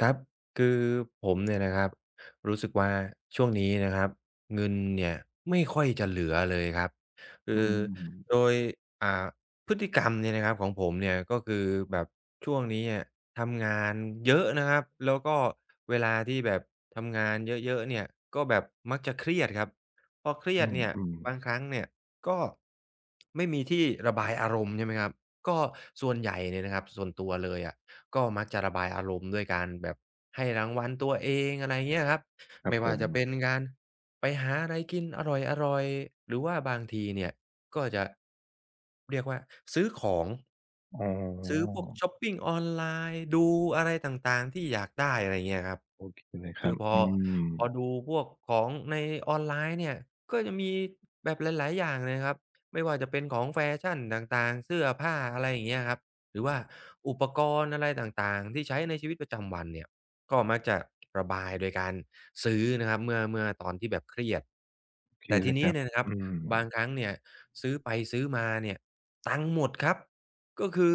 ครับคือผมเนี่ยนะครับรู้สึกว่าช่วงนี้นะครับเงินเนี่ยไม่ค่อยจะเหลือเลยครับคือือโดมยอ่าพฤติกรรมเนี่ยนะครับของผมเนี่ยก็คือแบบช่วงนี้อะทำงานเยอะนะครับแล้วก็เวลาที่แบบทำงานเยอะๆเนี่ยก็แบบมักจะเครียดครับพอเครียอืดมเนี่ยอืมบางครั้งเนี่ยก็ไม่มีที่ระบายอารมณ์ใช่ไหมครับก็ส่วนใหญ่เนี่ยนะครับส่วนตัวเลยอะ ก็มักจะระบายอารมณ์ด้วยการแบบให้รางวัลตัวเองอะไรเงี้ยครับครับไม่ผว่ามจะเป็นการไปหาอะไรกินอร่อยๆหรือว่าบางทีเนี่ยก็จะเรียกว่าซื้อของอ๋ซื้อพอวกชอปปิงออนไลน์ดูอะไรต่างๆที่อยากได้อะไรเงี้ยครับโอเคเลยครัคืบอพออืมพอดูพวกของในออนไลน์เนี่ยก็จะมีแบบหลายๆอย่างเลยครับไม่ว่าจะเป็นของแฟชั่นต่างๆเสื้อผ้าอะไรอย่างเงี้ยครับ หรือว่าอุปกรณ์อะไรต่างๆที่ใช้ในชีวิตประจำวันเนี่ยก็มักจะระบายโดยการซื้อนะครับเมื่อตอนที่แบบเครียดโอเคแต่เลทียคนี้รับเนี่ยนะครับอืมบางครั้งเนี่ยซื้อไปซื้อมาเนี่ยตังค์หมดครับก็คือ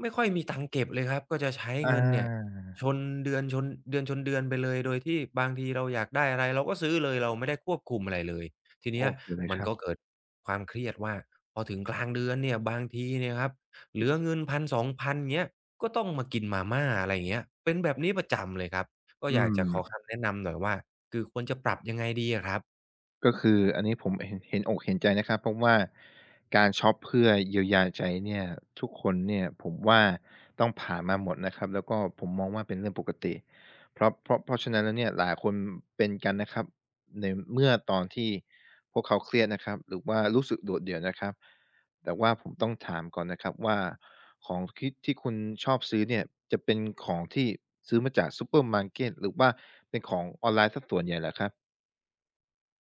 ไม่ค่อยมีตังค์เก็บเลยครับก็จะใช้อาเงินเนี่ยชนเดือนชนเดือนชนเดือนไปเลยโดยที่บางทีเราอยากได้อะไรเราก็ซื้อเลยเราไม่ได้ควบคุมอะไรเลยทีโอเนี้ยเคเลยมัคนรับก็เกิดความเครียดว่าพอถึงกลางเดือนเนี่ยบางทีเนี่ยครับ เหลือเงินพันสองพันเงี้ยก็ต้องมากินมาม่าอะไรอย่างเงี้ยเป็นแบบนี้ประจำเลยครับก็อือยากจะขอม คำแนะนำหน่อยว่าคือควรจะปรับยังไงดีอะครับ ก็คืออันนี้ผมเห็นอกเห็นใจนะครับเพราะว่าการช็อปเพื่อเยียวยาใจเนี่ยทุกคนเนี่ยผมว่าต้องผ่านมาหมดนะครับแล้วก็ผมมองว่าเป็นเรื่องปกติเพราะฉะนั้นแล้วเนี่ยหลายคนเป็นกันนะครับในเมื่อตอนที่พวกเขาเครียดนะครับหรือว่ารู้สึกโดดเดี่ยวนะครับแต่ว่าผมต้องถามก่อนนะครับว่าของที่คุณชอบซื้อเนี่ยจะเป็นของที่ซื้อมาจากซูเปอร์มาร์เกตหรือว่าเป็นของออนไลน์สส่วนใหญ่เหรอครับ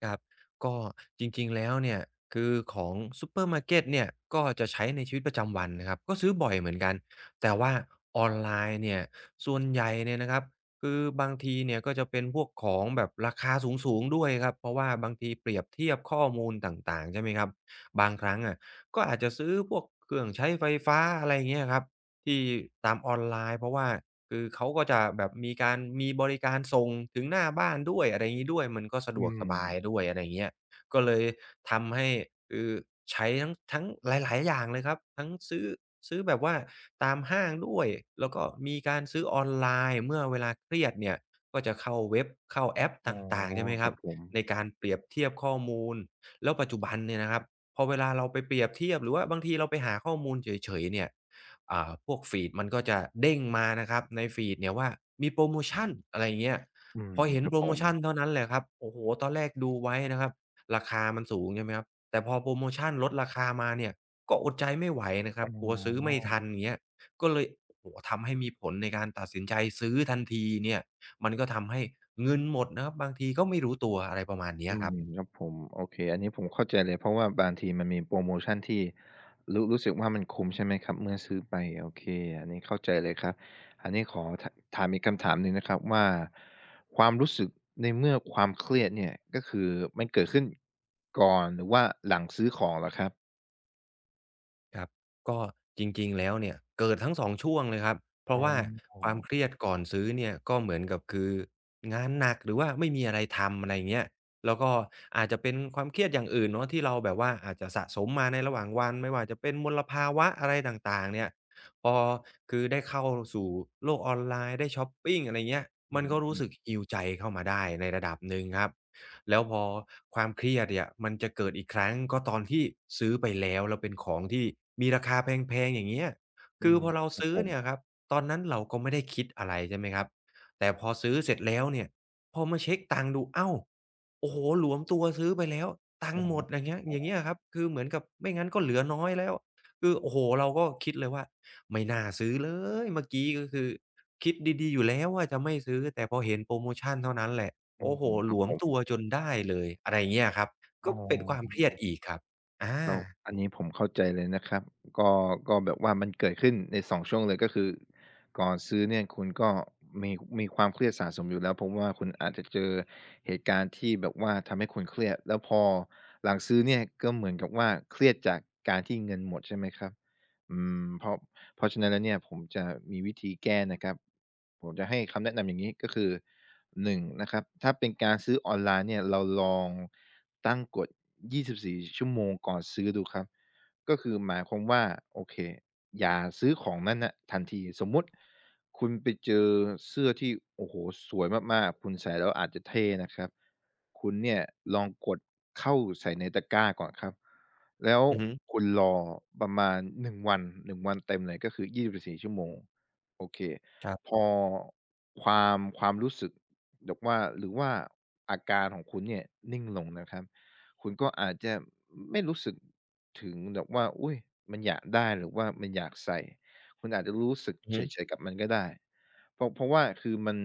ครับก็จริงๆแล้วเนี่ยคือของซูเปอร์มาร์เกตเนี่ยก็จะใช้ในชีวิตประจำวันนะครับก็ซื้อบ่อยเหมือนกันแต่ว่าออนไลน์เนี่ยส่วนใหญ่เนี่ยนะครับคือบางทีเนี่ยก็จะเป็นพวกของแบบราคาสูงๆด้วยครับเพราะว่าบางทีเปรียบเทียบข้อมูลต่างๆใช่ไหมครับบางครั้งอะก็อาจจะซื้อพวกเครื่องใช้ไฟฟ้าอะไรอย่างเงี้ยครับที่ตามออนไลน์เพราะว่า คือเขาก็จะแบบมีบริการส่งถึงหน้าบ้านด้วยอะไรงี้ด้วยมันก็สะดอืวกม สบายด้วยอะไรอย่างเงี้ยก็เลยทำให้คือใช้ทั้งหลายๆอย่างเลยครับทั้งซื้อซื้อแบบว่าตามห้างด้วยแล้วก็มีการซื้อออนไลน์เมื่อเวลาเครียดเนี่ยก็จะเข้าเว็บเข้าแอปตอ๋อ่างๆใช่ไหมคครัรับบผมในการเปรียบเทียบข้อมูลแล้วปัจจุบันเนี่ยนะครับพอเวลาเราไปเปรียบเทียบหรือว่าบางทีเราไปหาข้อมูลเฉยๆเนี่ย พวกฟีดมันก็จะเด้งมานะครับในฟีดเนี่ยว่ามีโพรโมชันอะไรอย่างเงี้ยอืมพอเห็คนรับโพรผโมมชันเท่านั้นแหละครับโอ้โฮตอนแรกดูไว้นะครับราคามันสูงใช่ไหมครับแต่พอโพรโมชันลดราคามาเนี่ยก็อดใจไม่ไหวนะครัอ๋บกลัวซื้อไม่ทัอนอย่างเงี้ยก็เลยโอ้โฮทำให้มีผลในการตัดสินใจซื้อทันทีเนี่ยมันก็ทำให้เงินหมดนะครับบางทีก็ไม่รู้ตัวอะไรประมาณเนี้ยอืคมรับ ครับผมโอเคอันนี้ผมเข้าใจเลยเพราะว่าบางทีมันมีโพรโมชันที่รู้สึกว่ามันคุ้มใช่ไหมครับเมื่อซื้อไปโอเคอันนี้เข้าใจเลยครับอันนี้ขอถามอีกคำถามหนึ่งนะครับว่าความรู้สึกในเมื่อความเครียดเนี่ยก็คือมันเกิดขึ้นก่อนหรือว่าหลังซื้อของเหรอครับครับก็จริงๆแล้วเนี่ยเกิดทั้ง2ช่วงเลยครับเพอ๋ราะว่าคอวามเครียดก่อนซื้อเนี่ยก็เหมือนกับคืองานหนักหรือว่าไม่มีอะไรทำอะไรงเงี้ยแล้วก็อาจจะเป็นความเครียดอย่างอื่นเนาะที่เราแบบว่าอาจจะสะสมมาในระหว่างวันไม่ว่าจะเป็นมลภาวะอะไรต่างๆเนี่ยพอคือได้เข้าสู่โลกออนไลน์ได้ช็อปปิงอะไรเงี้ยอืมันก็รู้มสึก heal ใจเข้ามาได้ในระดับหนึ่งครับ แล้วพอความเครียดเนี่ยมันจะเกิดอีกครั้งก็ตอนที่ซื้อไปแล้วแล้วเป็นของที่มีราคาแพงๆอย่างเงี้ยๆอืคือมพอเราครับซื้ผอมเนี่ยครับตอนนั้นเราก็ไม่ได้คิดอะไรใช่ไหมครับแต่พอซื้อเสร็จแล้วเนี่ยพอมาเช็กตังค์ดูอ้าวโอ้โฮหลวมตัวซื้อไปแล้วตังอ๋ค์หมดออย่างเงี้ยอย่างเงี้ยครับคือเหมือนกับไม่งั้นก็เหลือน้อยแล้วคือโอ้โฮเราก็คิดเลยว่าไม่น่าซื้อเลยเมื่อกี้ก็คือคิดดีๆอยู่แล้วว่าจะไม่ซื้อแต่พอเห็นโพรโมชันเท่านั้นแหละ อืโอ้โฮมคหรัลบวผมมตัวจนได้เลยอะไรอย่างเงี้ยครับ อ๋ก็เป็นความเคอ รียดอีกครับอาก็อันนี้ผมเข้าใจเลยนะครับก็ก็แบบว่ามันเกิดขึ้นใน2ช่วงเลยก็คือก่อนซื้อเนี่ยคุณก็มีมีความเครียดสะสมอยู่แล้วเพราะว่าคุณอาจจะเจอเหตุการณ์ที่แบบว่าทำให้คุณเครียดแล้วพอหลังซื้อเนี่ยก็เหมือนกับว่าเครียดจากการที่เงินหมดใช่ไหมครับอืมเพราะเพราะฉะนั้นแล้วเนี่ยผมจะมีวิธีแก้นะครับผมจะให้คำแนะนำอย่างนี้ก็คือ หนงนะครับถ้าเป็นการซื้อออนไลน์เนี่ยเราลองตั้งกฎ24ชั่วโมงก่อนซื้อดูครับก็คือหมายความว่าโอเคอย่าซื้อของนั้นนะทันทีสมมุติคุณไปเจอเสื้อที่โอ้โฮสวยมากๆคุณใส่แล้วอาจจะเท่นะครับคุณเนี่ยลองกดเข้าใส่ในตะกร้าก่อนครับแล้วอือฮึคุณรอประมาณหนึ่งวันหนึ่งวันเต็มเลยก็คือ24ชั่วโมงโอเคครัพบอความรู้สึก หรือว่าอาการของคุณเนี่ยนิ่งลงนะครับคุณก็อาจจะไม่รู้สึกถึงแบบว่าอุ้ยมันอยากได้หรือว่ามันอยากใส่คุณอาจจะรู้สึกอือเฉฮึยๆกับมันก็ได้เพราะว่าคือมัน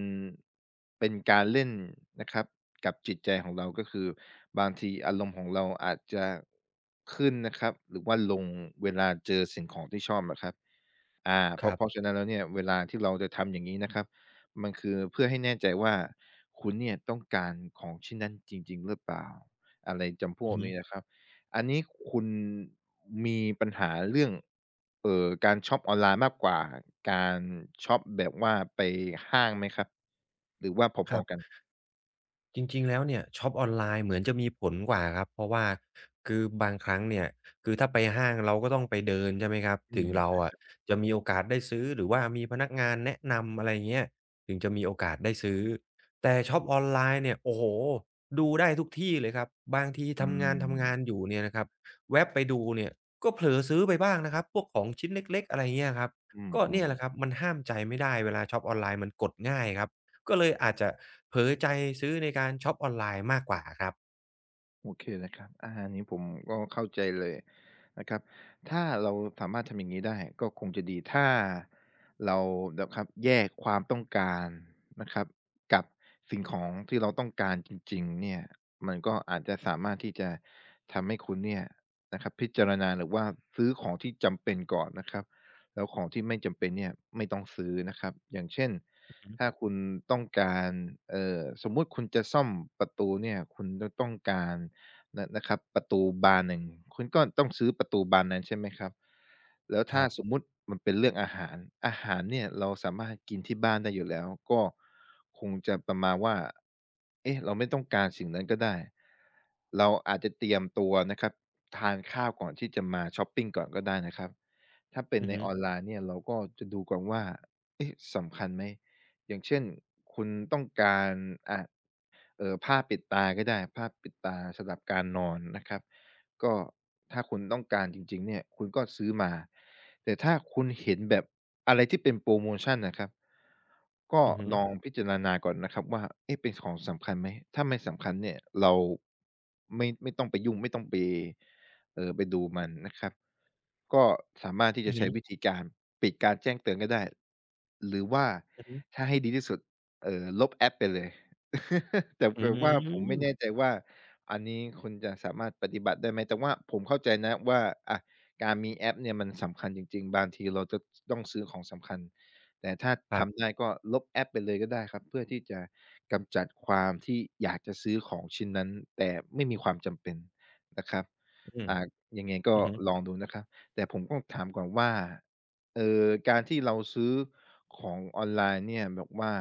เป็นการเล่นนะครับกับจิตใจของเราก็คือบางทีอารมณ์ของเราอาจจะขึ้นนะครับหรือว่าลงเวลาเจอสิ่งของที่ชอบนะครับ อาเพคราะรัเพราะบฉะนั้นแล้วเนี่ยเวลาที่เราจะทำอย่างนี้นะครับมันคือเพื่อให้แน่ใจว่าคุณเนี่ยต้องการของชิ้นนั้นจริงๆหรือเปล่าอะไรจำพวอืกอฮึนี้นะครับอันนี้คุณมีปัญหาเรื่องการช็อปออนไลน์มากกว่าการช็อปแบบว่าไปห้างไหมครับหรือว่าพคอรัๆกันบ จริงๆ แล้วเนี่ยช็อปออนไลน์เหมือนจะมีผลกว่าครับเพราะว่าคือบางครั้งเนี่ยคือถ้าไปห้างเราก็ต้องไปเดินใช่ไหมครับอืถึงมเราใช่อะจะมีโอกาสได้ซื้อหรือว่ามีพนักงานแนะนำอะไรเงี้ยถึงจะมีโอกาสได้ซื้อแต่ช็อปออนไลน์เนี่ยโอ้โฮดูได้ทุกที่เลยครับบางทีอืทำงานมทำงานอยู่เนี่ยนะครับแว็บไปดูเนี่ยก็เผลอซื้อไปบ้างนะครับพวกของชิ้นเล็กๆอะไรเงี้ยครับอืก็เนี่มยแหละครับๆ มันห้ามใจไม่ได้เวลาช็อปออนไลน์มันกดง่ายครับก็เลยอาจจะ เผลอใจซื้อในการช็อปออนไลน์มากกว่าครับโอเคเลยครับอาอันนี้ผมก็เข้าใจเลยนะครับถ้าเราสามารถทำอย่างงี้ได้ก็คงจะดีถ้าเรานะครับแยกความต้องการนะครับกับสิ่งของที่เราต้องการจริงๆเนี่ยมันก็อาจจะสามารถที่จะทำให้คุณเนี่ยนะครับพิจารณาหรือว่าซื้อของที่จำเป็นก่อนนะครับแล้วของที่ไม่จำเป็นเนี่ยไม่ต้องซื้อนะครับอย่างเช่นอือฮึถ้าคุณต้องการสมมุติคุณจะซ่อมประตูเนี่ยคุณจะต้องการ นะครับประตูบานหนึ่งคุณก็ต้องซื้อประตูบานนั้นใช่ไหมครับแล้วคถ้ารัสมบมุติมันเป็นเรื่องอาหารอาหารเนี่ยเราสามารถกินที่บ้านได้อยู่แล้วก็คงจะประมาณว่าเอ๊ะเราไม่ต้องการสิ่งนั้นก็ได้เราอาจจะเตรียมตัวนะครับทานข้าวก่อนที่จะมาชอปปิงก่อนก็ได้นะครับถ้าเป็นอือในฮึออนไลน์เนี่ยเราก็จะดูก่อนว่าเอ๊ะสำคัญไหม อย่างเช่นคุณต้องการอ่าผ้าปิดตาก็ได้ผ้าปิดตาสำหรับการนอนนะครับก็ถ้าคุณต้องการจริงๆเนี่ยคุณก็ซื้อมาแต่ถ้าคุณเห็นแบบอะไรที่เป็นโพรโมชันน่ะครับก็อือฮึลองพิจารณาก่อนนะครับว่าเอ๊ะเป็นของสำคัญไหมถ้าไม่สำคัญเนี่ยเราไม่ต้องไปยุ่งไม่ต้องไป เออไปดูมันนะครับก็สามารถที่อืจะอฮึใช้วิธีการปิดการแจ้งเตือนก็ได้หรือว่าอือฮึถ้าให้ดีที่สุดลบแอปไปเลย แต่อืแต่ว่าผมไม่แน่ใจมว่าอันนี้คุณจะสามารถปฏิบัติได้ไหมแต่ว่าผมเข้าใจนะว่าอะการมีแอปเนี่ยมันสำคัญจริงๆบางทีเราจะต้องซื้อของสำคัญแต่ถ้าครัทำได้บก็ลบแอปไปเลยก็ได้ครับเพื่อที่จะกำจัดความที่อยากจะซื้อของชิ้นนั้นแต่ไม่มีความจำเป็นนะครับ อืมอ่ายังไงก็อือฮึ ลองดูนะครับ แต่ผมก็ถามก่อนว่าเอ่อการที่เราซื้อของออนไลน์เนี่ยแบบว่า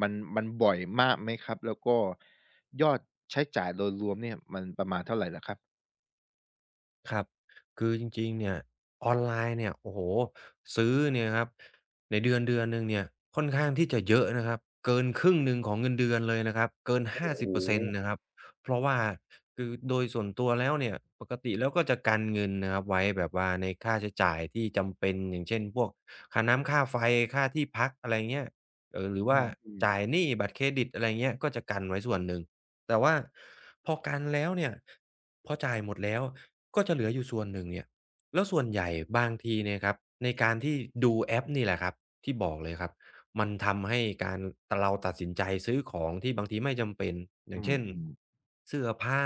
มันบ่อยมากไหมครับ แล้วก็ยอดใช้จ่ายโดยรวมเนี่ยมันประมาณเท่าไรเหรอครับครับคือจริงๆเนี่ยออนไลน์เนี่ยโอ้โฮซื้อเนี่ยครับในเดือนเดือนหนึ่งเนี่ยค่อนข้างที่จะเยอะนะครับเกินครึ่งหนึ่งของเงินเดือนเลยนะครับเกินโอ้โฮ50%นต์นะครับเพราะว่าคือโดยส่วนตัวแล้วเนี่ยปกติแล้วก็จะกันเงินนะครับไว้แบบว่าในค่าใช้จ่ายที่จำเป็นอย่างเช่นพวกค่าน้ำค่าไฟค่าที่พักอะไรเงี้ยหรืออืว่ามจ่ายหๆนี้บัตรเครดิตอะไรเงี้ยก็จะกันไว้ส่วนหนึ่ง แต่ว่าพอกันแล้วเนี่ยพอจ่ายหมดแล้วก็จะเหลืออยู่ส่วนหนึ่งเนี่ยแล้วส่วนใหญ่บางทีเนี่ยครับในการที่ดูแอปนี่แหละครับที่บอกเลยครับมันทำให้การตเราตัดสินใจซื้อของที่บางทีไม่จำเป็นออืย่างเช่นมๆเสื้อผ้า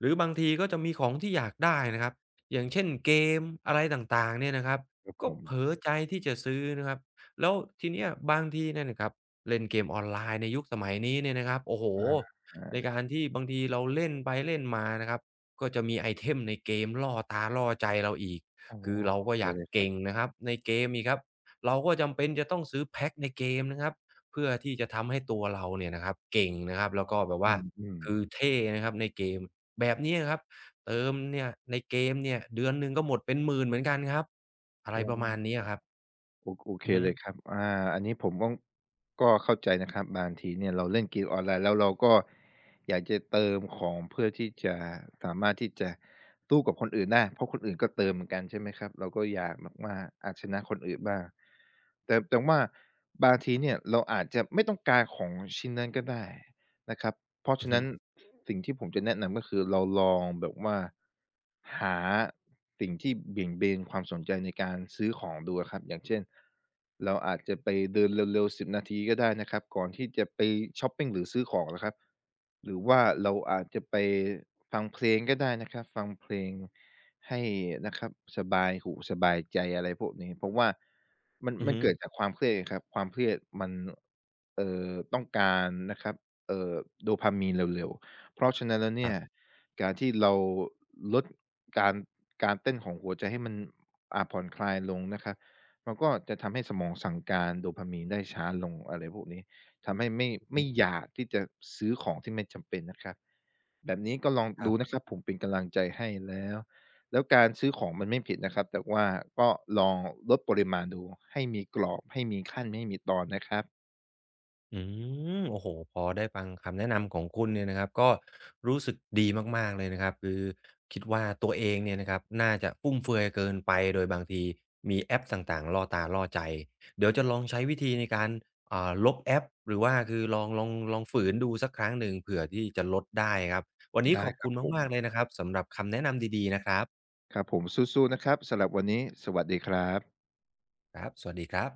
หรือบางทีก็จะมีของที่อยากได้นะครับอย่างเช่นเกมอะไรต่างๆเนี่ยนะครับครับผก็มเผลอใจที่จะซื้อนะครับแล้วทีเนี้ยบางทีเนี่ยนะครับเล่นเกมออนไลน์ในยุคสมัยนี้เนี่ยนะครับโอ้โฮ อาในการที่บางทีเราเล่นไปเล่นมานะครับก็จะมีไอเทมในเกมล่อตาล่อใจเราอีกๆอ๋อคือเราเข้าก็ใจอยากเลยครัเก่งบนะครับในเกมอีกครับเราก็จำเป็นจะต้องซื้อแพ็กในเกมนะครับเพื่อที่จะทำให้ตัวเราเนี่ยนะครับเก่งนะครับแล้วก็แบบอืว่ามคือๆเท่นะครับในเกมแบบนี้ะครับเติมเนี่ยในเกมเนี่ยเดือนหนึ่งก็หมดเป็นหมื่นเหมือนกันครับอะอ๋ไรประมาณนี้อ อะครับโอโอเคอือฮึเลยครับอาอันนี้ผมก็เข้าใจนะครับบางทีเนี่ยเราเล่นเกมออนไลน์แล้วเราก็อยากจะเติมของเพื่อที่จะสามารถที่จะสู้กับคนอื่นได้เพราะคนอื่นก็เติมเหมือนกันใช่ไหมครับเราก็อยากแบบว่าอาชนะคนอื่นบ้างแต่ว่าบางทีเนี่ยเราอาจจะไม่ต้องการของชิ้นนั้นก็ได้ นะครับเพราะอืฉะอฮึนั้นสิ่งที่ผมจะแนะนำก็คือเราลองแบบว่าหาสิ่งที่เบี่ยงเบนความสนใจในการซื้อของดูอะครับอย่างเช่นเราอาจจะไปเดินเร็วๆ10นาทีก็ได้นะครับก่อนที่จะไปชอปปิงหรือซื้อของนะครับหรือว่าเราอาจจะไปฟังเพลงก็ได้นะครับ ฟังเพลงให้นะครับสบายหูสบายใจอะไรพวกนี้ เพราะว่ามันอือมันฮึเกิดจากความเครียดครับความเครียดมันต้องการนะครับ เอ่อโดพา m ีนเร็วๆเพราะฉะนั้นแล้วคเนี่รัยบการที่เราลดการการเต้นของหัวใจให้มันอ่าผ่อนคลายลงนะครับมันก็จะทำให้สมองสั่งการโดพามีนได้ช้าลงอะไรพวกนี้ทำให้ไม่อือฮึไม่อยากที่จะซื้อของที่ไม่จำเป็นนะครับแบบนี้ก็ลองครัดูบ นะครับผมเป็นกำลังใจให้แล้วแล้วการซื้อของมันไม่ผิดนะครับแต่ว่าก็ลองลดปริมาณดูให้มีกรอบให้มีขั้นให้มีตอนนะครับอืมโอ้โฮพอได้ฟังคำแนะนำของคุณเนี่ยนะครับก็รู้สึกดีมากๆเลยนะครับคือคิดว่าตัวเองเนี่ยนะครับน่าจะฟุ่มเฟือยเกินไปโดยบางทีมีแอปต่างๆล่อตาล่อใจเดี๋ยวจะลองใช้วิธีในการลบแอปหรือว่าคือลองฝืนดูสักครั้งหนึ่งเผื่อที่จะลดได้ครับวันนี้ได้ขอบครัคุบณผม มากๆเลยนะครับสำหรับคำแนะนำดีๆนะครับครับผมสู้ๆนะครับสำหรับวันนี้สวัสดีครับครับสวัสดีครับ